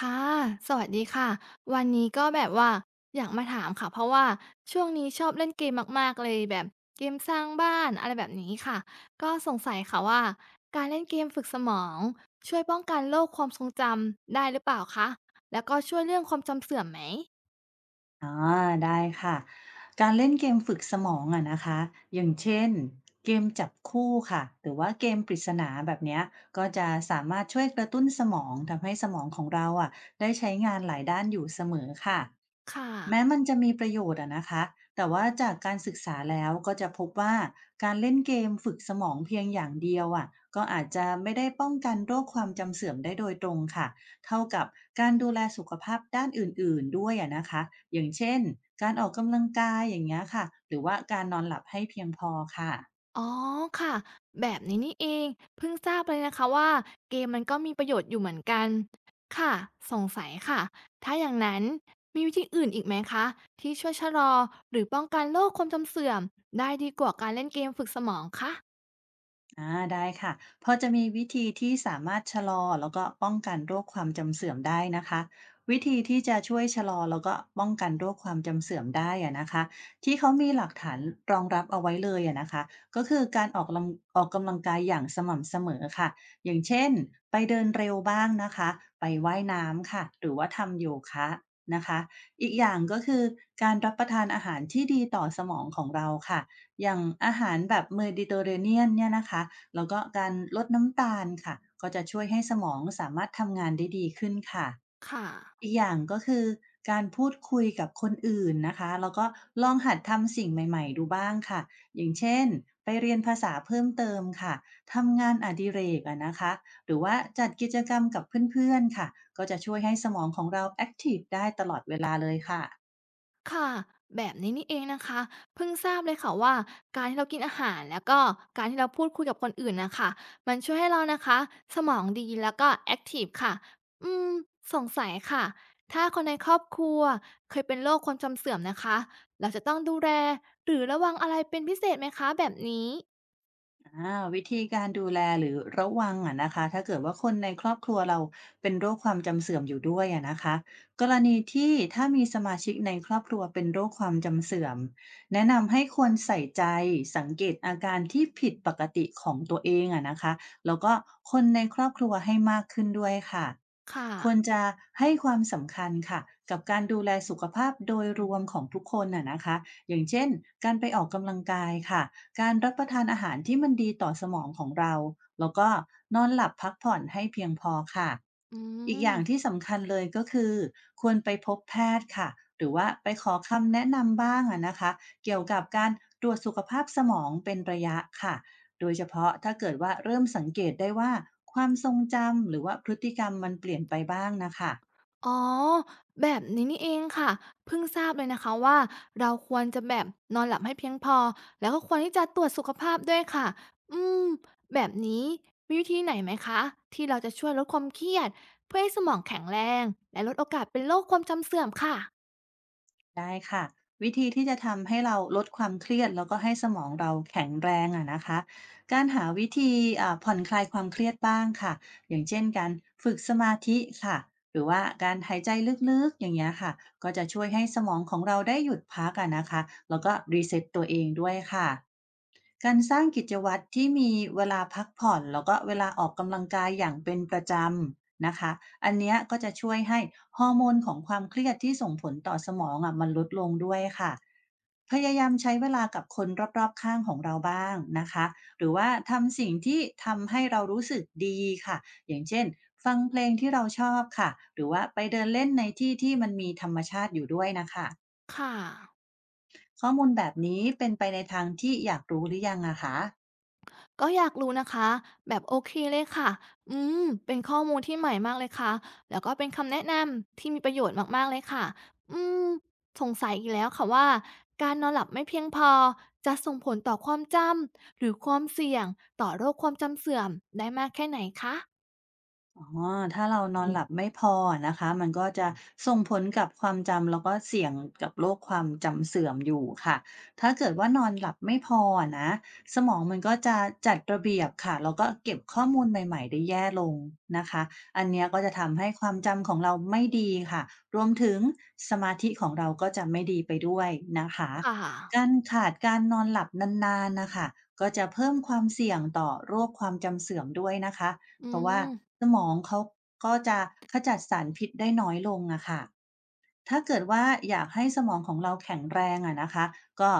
ค่ะ สวัสดีค่ะ วันนี้ก็แบบว่าอยากมาถามค่ะเพราะว่าช่วงนี้ชอบเล่นเกมมากๆเลยแบบเกมสร้างบ้านอะไรแบบนี้ค่ะก็สงสัยค่ะว่าการเล่นเกมฝึกสมองช่วยป้องกันโรคความทรงจำได้หรือเปล่าคะแล้วก็ช่วยเรื่องความจำเสื่อมไหม อ๋อได้ค่ะการเล่นเกมฝึกสมองอะนะคะอย่างเช่นเกมจับคู่ค่ะหรือว่าเกมปริศนาแบบเนี้ยก็จะสามารถช่วยกระตุ้นสมองทำให้สมองของเราอะได้ใช้งานหลายด้านอยู่เสมอค่ะคแม้่ะ มันจะมีประโยชน์อะนะคะแต่ว่าจากการศึกษาแล้วก็จะพบว่าการเล่นเกมฝึกสมองเพียงอย่างเดียวอะก็อาจจะไม่ได้ป้องกันโรคความจำเสื่อมได้โดยตรงค่ะ เท่ากับการดูแลสุขภาพด้านอื่นๆด้วยอะนะคะ อย่างเช่นการออกกำลังกายอย่างเงี้ยค่ะ หรือว่าการนอนหลับให้เพียงพอค่ะ อ๋อค่ะแบบนี้นี่เองเพิ่งทราบเลยนะคะว่าเกมมันก็มีประโยชน์อยู่เหมือนกันค่ะสงสัยค่ะถ้าอย่างนั้นมีวิธีอื่นอีกไหมคะที่ช่วยชะลอหรือป้องกันโรคความจำเสื่อมได้ดีกว่าการเล่นเกมฝึกสมองคะได้ค่ะพอจะมีวิธีที่สามารถชะลอแล้วก็ป้องกันโรคความจำเสื่อมได้นะคะวิธีที่จะช่วยชะลอแล้วก็ป้องกันโรคความจำเสื่อมได้อะนะคะที่เขามีหลักฐานรองรับเอาไว้เลยอะนะคะก็คือการออกกำลังกายอย่างสม่ำเสมอค่ะอย่างเช่นไปเดินเร็วบ้างนะคะไปว่ายน้ำค่ะหรือว่าทำโยคะนะคะอีกอย่างก็คือการรับประทานอาหารที่ดีต่อสมองของเราค่ะ อย่างอาหารแบบเมดิเตอร์เรเนียนเนี่ยนะคะแล้วก็การลดน้ำตาลค่ะก็จะช่วยให้สมองสามารถทำงานได้ดีขึ้นค่ะค่ะ อีกอย่างก็คือการพูดคุยกับคนอื่นนะคะแล้วก็ลองหัดทำสิ่งใหม่ๆดูบ้างค่ะอย่างเช่นไปเรียนภาษาเพิ่มเติมค่ะทำงานอดิเรกอะนะคะหรือว่าจัดกิจกรรมกับเพื่อนๆค่ะก็จะช่วยให้สมองของเราแอคทีฟได้ตลอดเวลาเลยค่ะ ค่ะแบบนี้นี่เองนะคะเพิ่งทราบเลยค่ะว่าการที่เรากินอาหารแล้วก็การที่เราพูดคุยกับคนอื่นน่ะค่ะมันช่วยให้เรานะคะสมองดีแล้วก็แอ็กทิฟค่ะอืมสงสัยค่ะถ้าคนในครอบครัวเคยเป็นโรคความจำเสื่อมนะคะเราจะต้องดูแลหรือระวังอะไรเป็นพิเศษไหมคะแบบนี้วิธีการดูแลหรือระวังอะนะคะถ้าเกิดว่าคนในครอบครัวเราเป็นโรคความจำเสื่อมอยู่ด้วยอะนะคะกรณีที่ถ้ามีสมาชิกในครอบครัวเป็นโรคความจำเสื่อมแนะนำให้ควรใส่ใจสังเกตอาการที่ผิดปกติของตัวเองอะนะคะแล้วก็คนในครอบครัวให้มากขึ้นด้วยค่ะค่ะควรจะให้ความสำคัญค่ะกับการดูแลสุขภาพโดยรวมของทุกคนอ่ะนะคะอย่างเช่นการไปออกกำลังกายค่ะ การรับประทานอาหารที่มันดีต่อสมองของเรา แล้วก็นอนหลับพักผ่อนให้เพียงพอค่ะ อือีกอย่างม ที่สำคัญเลยก็คือควรไปพบแพทย์ค่ะ หรือว่าไปขอคำแนะนำบ้างอะนะคะเกี่ยวกับการตรวจสุขภาพสมองเป็นระยะค่ะ โดยเฉพาะถ้าเกิดว่าเริ่มสังเกตได้ว่าความทรงจำหรือว่าพฤติกรรมมันเปลี่ยนไปบ้างนะคะ อ๋อแบบนี้นี่เองค่ะเพิ่งทราบเลยนะคะว่าเราควรจะแบบนอนหลับให้เพียงพอแล้วก็ควรที่จะตรวจสุขภาพด้วยค่ะอืมแบบนี้มีวิธีไหนไหมคะที่เราจะช่วยลดความเครียดเพื่อให้สมองแข็งแรงและลดโอกาสเป็นโรคความจำเสื่อมค่ะได้ค่ะวิธีที่จะทำให้เราลดความเครียดแล้วก็ให้สมองเราแข็งแรงอะนะคะการหาวิธีผ่อนคลายความเครียดบ้างค่ะอย่างเช่นการฝึกสมาธิค่ะหรือว่าการหายใจลึกๆอย่างเงี้ยค่ะก็จะช่วยให้สมองของเราได้หยุดพักอะนะคะแล้วก็รีเซ็ตตัวเองด้วยค่ะ การสร้างกิจวัตรที่มีเวลาพักผ่อนแล้วก็เวลาออกกำลังกายอย่างเป็นประจำนะคะอันเนี้ยก็จะช่วยให้ฮอร์โมนของความเครียดที่ส่งผลต่อสมองอะมันลดลงด้วยค่ะ พยายามใช้เวลากับคนรอบๆข้างของเราบ้างนะคะหรือว่าทำสิ่งที่ทำให้เรารู้สึกดีค่ะ อย่างเช่นฟังเพลงที่เราชอบค่ะหรือว่าไปเดินเล่นในที่ที่มันมีธรรมชาติอยู่ด้วยนะคะค่ะ ข้อมูลแบบนี้เป็นไปในทางที่อยากรู้หรือยังอะคะ ก็อยากรู้นะคะแบบโอเคเลยค่ะ อืม เป็นข้อมูลที่ใหม่มากเลยค่ะ แล้วก็เป็นคำแนะนำที่มีประโยชน์มากๆเลยค่ะ อืม สงสัยอีกแล้วค่ะว่าการนอนหลับไม่เพียงพอจะส่งผลต่อความจำหรือความเสี่ยงต่อโรคความจำเสื่อมได้มากแค่ไหนคะอ๋อถ้าเรานออืนหมลับไม่พออะนะคะมันก็จะส่งผลกับความจำแล้วก็เสี่ยงกับโรคความจำเสื่อมอยู่ค่ะถ้าเกิดว่านอนหลับไม่พออะนะสมองมันก็จะจัดระเบียบค่ะแล้วก็เก็บข้อมูลใหม่ๆได้แย่ลงนะคะอันเนี้ยก็จะทำให้ความจำของเราไม่ดีค่ะรวมถึงสมาธิของเราก็จะไม่ดีไปด้วยนะคะค่ะ การขาดการนอนหลับนานๆนะคะก็จะเพิ่มความเสี่ยงต่อโรคความจำเสื่อมด้วยนะคะ อืเพราะว่าม สมองเขาก็จะขจัดสารพิษได้น้อยลงอะค่ะถ้าเกิดว่าอยากให้สมองของเราแข็งแรงอะนะคะ ก็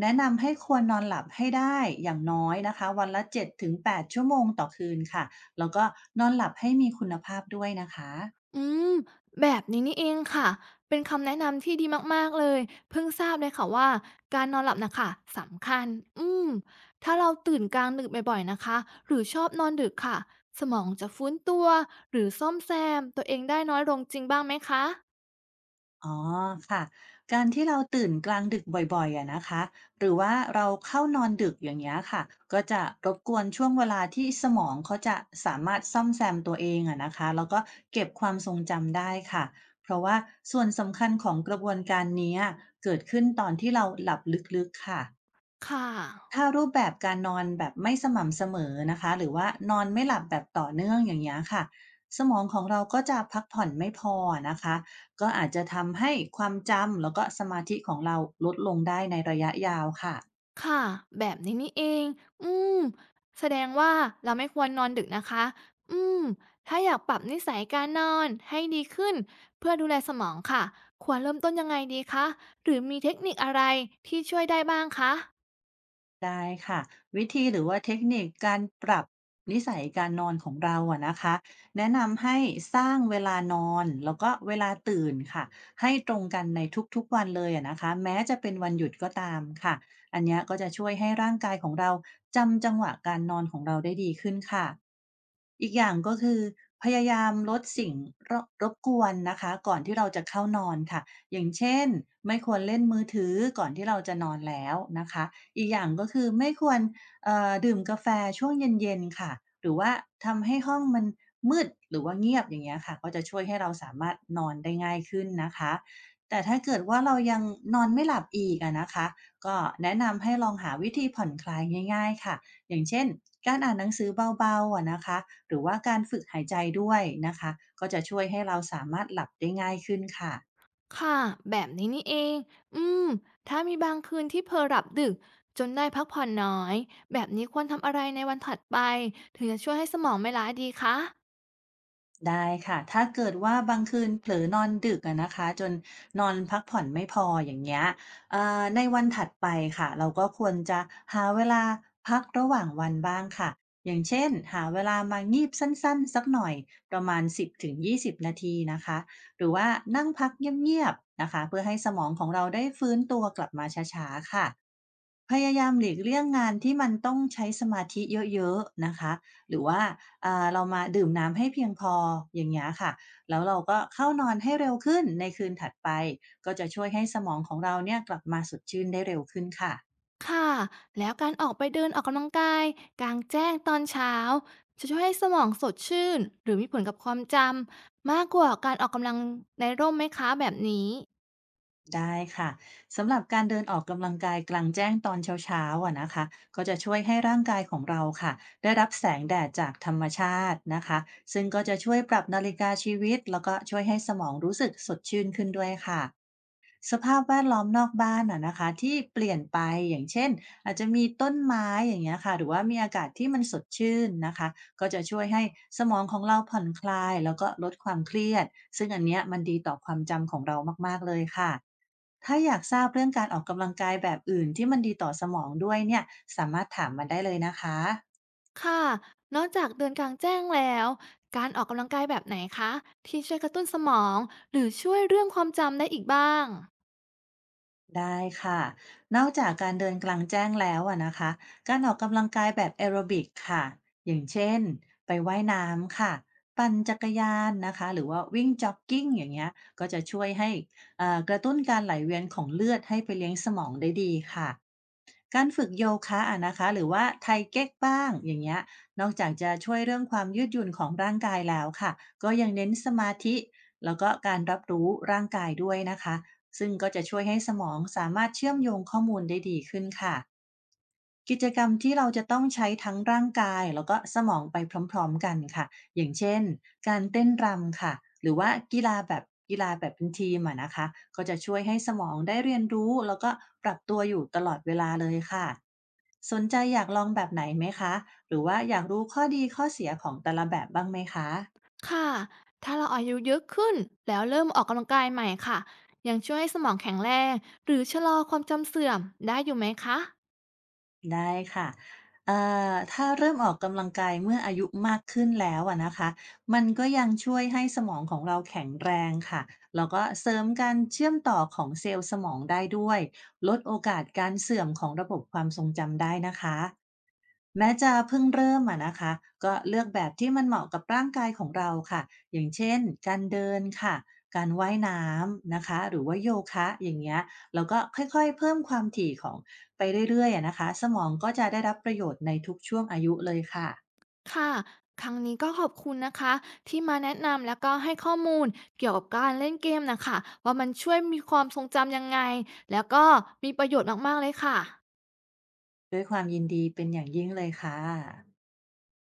แนะนำให้ควรนอนหลับให้ได้อย่างน้อยนะคะวันละ7-8ชั่วโมงต่อคืนค่ะ แล้วก็นอนหลับให้มีคุณภาพด้วยนะคะ อืมแบบนี้นี่เองค่ะเป็นคำแนะนำที่ดีมากๆเลยเพิ่งทราบเลยค่ะว่าการนอนหลับน่ะค่ะสำคัญอืมถ้าเราตื่นกลางดึกบ่อยๆนะคะหรือชอบนอนดึกค่ะสมองจะฟื้นตัวหรือซ่อมแซมตัวเองได้น้อยลงจริงบ้างไหมคะอ๋อค่ะการที่เราตื่นกลางดึกบ่อยๆอะนะคะหรือว่าเราเข้านอนดึกอย่างเงี้ยค่ะก็จะรบกวนช่วงเวลาที่สมองเขาจะสามารถซ่อมแซมตัวเองอะนะคะแล้วก็เก็บความทรงจำได้ค่ะเพราะว่าส่วนสำคัญของกระบวนการเนี้ยเกิดขึ้นตอนที่เราหลับลึกๆค่ะ ค่ะ ถ้ารูปแบบการนอนแบบไม่สม่ำเสมอนะคะหรือว่านอนไม่หลับแบบต่อเนื่องอย่างนี้ยค่ะสมองของเราก็จะพักผ่อนไม่พอนะคะก็อาจจะทำให้ความจำแล้วก็สมาธิของเราลดลงได้ในระยะยาวค่ะ ค่ะแบบนี้นี่เอง อืมแสดงว่าเราไม่ควรนอนดึกนะคะ อืมถ้าอยากปรับนิสัยการนอนให้ดีขึ้นเพื่อดูแลสมองค่ะ ควรเริ่มต้นยังไงดีคะหรือมีเทคนิคอะไรที่ช่วยได้บ้างคะได้ค่ะวิธีหรือว่าเทคนิคการปรับนิสัยการนอนของเราอะนะคะแนะนำให้สร้างเวลานอนแล้วก็เวลาตื่นค่ะให้ตรงกันในทุกๆวันเลยอะนะคะแม้จะเป็นวันหยุดก็ตามค่ะอันเนี้ยก็จะช่วยให้ร่างกายของเราจำจังหวะการนอนของเราได้ดีขึ้นค่ะอีกอย่างก็คือพยายามลดสิ่งรบกวนนะคะก่อนที่เราจะเข้านอนค่ะอย่างเช่นไม่ควรเล่นมือถือก่อนที่เราจะนอนแล้วนะคะ อีกอย่างก็คือไม่ควรดื่มกาแฟช่วงเย็นๆค่ะหรือว่าทำให้ห้องมันมืดหรือว่าเงียบอย่างเงี้ยค่ะก็จะช่วยให้เราสามารถนอนได้ง่ายขึ้นนะคะแต่ถ้าเกิดว่าเรายังนอนไม่หลับอีกอะนะคะก็แนะนำให้ลองหาวิธีผ่อนคลายง่ายๆค่ะอย่างเช่นการอ่านหนังสือเบาๆอะนะคะหรือว่าการฝึกหายใจด้วยนะคะก็จะช่วยให้เราสามารถหลับได้ง่ายขึ้นค่ะ ค่ะแบบนี้นี่เองอืมถ้ามีบางคืนที่เผลอหลับดึกจนได้พักผ่อนน้อย แบบนี้ควรทำอะไรในวันถัดไปถึงจะช่วยให้สมองไม่ล้าดีคะ ได้ค่ะ ถ้าเกิดว่าบางคืนเผลอนอนดึกอะนะคะจนนอนพักผ่อนไม่พออย่างเงี้ยในวันถัดไปค่ะเราก็ควรจะหาเวลาพักระหว่างวันบ้างค่ะ อย่างเช่นหาเวลามางีบสั้นๆสักหน่อยประมาณ10-20นาทีนะคะ หรือว่านั่งพักเงียบๆนะคะเพื่อให้สมองของเราได้ฟื้นตัวกลับมาช้าๆค่ะ พยายามหลีกเลี่ยงงานที่มันต้องใช้สมาธิเยอะๆนะคะหรือว่าเรามาดื่มน้ำให้เพียงพออย่างเงี้ยค่ะแล้วเราก็เข้านอนให้เร็วขึ้นในคืนถัดไป ก็จะช่วยให้สมองของเราเนี่ยกลับมาสดชื่นได้เร็วขึ้นค่ะค่ะแล้วการออกไปเดินออกกำลังกายกลางแจ้งตอนเช้าจะช่วยให้สมองสดชื่นหรือมีผลกับความจำมากกว่าการออกกำลังในร่มไหมคะแบบนี้ได้ค่ะสำหรับการเดินออกกำลังกายกลางแจ้งตอนเช้าๆอะนะคะก็จะช่วยให้ร่างกายของเราค่ะได้รับแสงแดดจากธรรมชาตินะคะซึ่งก็จะช่วยปรับนาฬิกาชีวิตแล้วก็ช่วยให้สมองรู้สึกสดชื่นขึ้นด้วยค่ะ สภาพแวดล้อมนอกบ้านอะนะคะที่เปลี่ยนไปอย่างเช่นอาจจะมีต้นไม้อย่างเงี้ยค่ะหรือว่ามีอากาศที่มันสดชื่นนะคะก็จะช่วยให้สมองของเราผ่อนคลายแล้วก็ลดความเครียดซึ่งอันเนี้ยมันดีต่อความจำของเรามากๆเลยค่ะถ้าอยากทราบเรื่องการออกกำลังกายแบบอื่นที่มันดีต่อสมองด้วยเนี่ยสามารถถามมาได้เลยนะคะ ค่ะนอกจากเดินกลางแจ้งแล้วการออกกำลังกายแบบไหนคะที่ช่วยกระตุ้นสมองหรือช่วยเรื่องความจำได้อีกบ้างได้ค่ะนอกจากการเดินกลางแจ้งแล้วอะนะคะ การออกกำลังกายแบบแอโรบิกค่ะ อย่างเช่นไปว่ายน้ำค่ะ ปั่นจักรยานนะคะ หรือว่าวิ่งจ็อกกิ้งอย่างเงี้ยก็จะช่วยให้กระตุ้นการไหลเวียนของเลือดให้ไปเลี้ยงสมองได้ดีค่ะ การฝึกโยคะอะนะคะหรือว่าไทเก๊กบ้างอย่างเงี้ย นอกจากจะช่วยเรื่องความยืดหยุ่นของร่างกายแล้วค่ะ ก็ยังเน้นสมาธิแล้วก็การรับรู้ร่างกายด้วยนะคะ ซึ่งก็จะช่วยให้สมองสามารถเชื่อมโยงข้อมูลได้ดีขึ้นค่ะ กิจกรรมที่เราจะต้องใช้ทั้งร่างกายแล้วก็สมองไปพร้อมๆกันค่ะอย่างเช่นการเต้นรำค่ะหรือว่ากีฬาแบบกีฬาแบบเป็นทีมอะนะคะก็จะช่วยให้สมองได้เรียนรู้แล้วก็ปรับตัวอยู่ตลอดเวลาเลยค่ะสนใจอยากลองแบบไหนไหมคะหรือว่าอยากรู้ข้อดีข้อเสียของแต่ละแบบบ้างไหมคะ ค่ะถ้าเราอายุเยอะขึ้นแล้วเริ่มออกกำลังกายใหม่ค่ะยังช่วยให้สมองแข็งแรงหรือชะลอความจำเสื่อมได้อยู่ไหมคะ ได้ค่ะเอ่ถ้าเริ่มออกกำลังกายเมื่ออายุมากขึ้นแล้วอะนะคะมันก็ยังช่วยให้สมองของเราแข็งแรงค่ะ แล้วก็เสริมการเชื่อมต่อของเซลล์สมองได้ด้วย ลดโอกาสการเสื่อมของระบบความทรงจำได้นะคะ แม้จะเพิ่งเริ่มอะนะคะก็เลือกแบบที่มันเหมาะกับร่างกายของเราค่ะอย่างเช่นการเดินค่ะการว่ายน้ำนะคะหรือว่าโยคะอย่างเงี้ยแล้วก็ค่อยๆเพิ่มความถี่ของไปเรื่อยๆอะนะคะสมองก็จะได้รับประโยชน์ในทุกช่วงอายุเลยค่ะค่ะ ครั้งนี้ก็ขอบคุณนะคะที่มาแนะนำแล้วก็ให้ข้อมูลเกี่ยวกับการเล่นเกมนะค่ะว่ามันช่วยมีความทรงจำยังไงแล้วก็มีประโยชน์มากๆเลยค่ะด้วยความยินดีเป็นอย่างยิ่งเลยค่ะ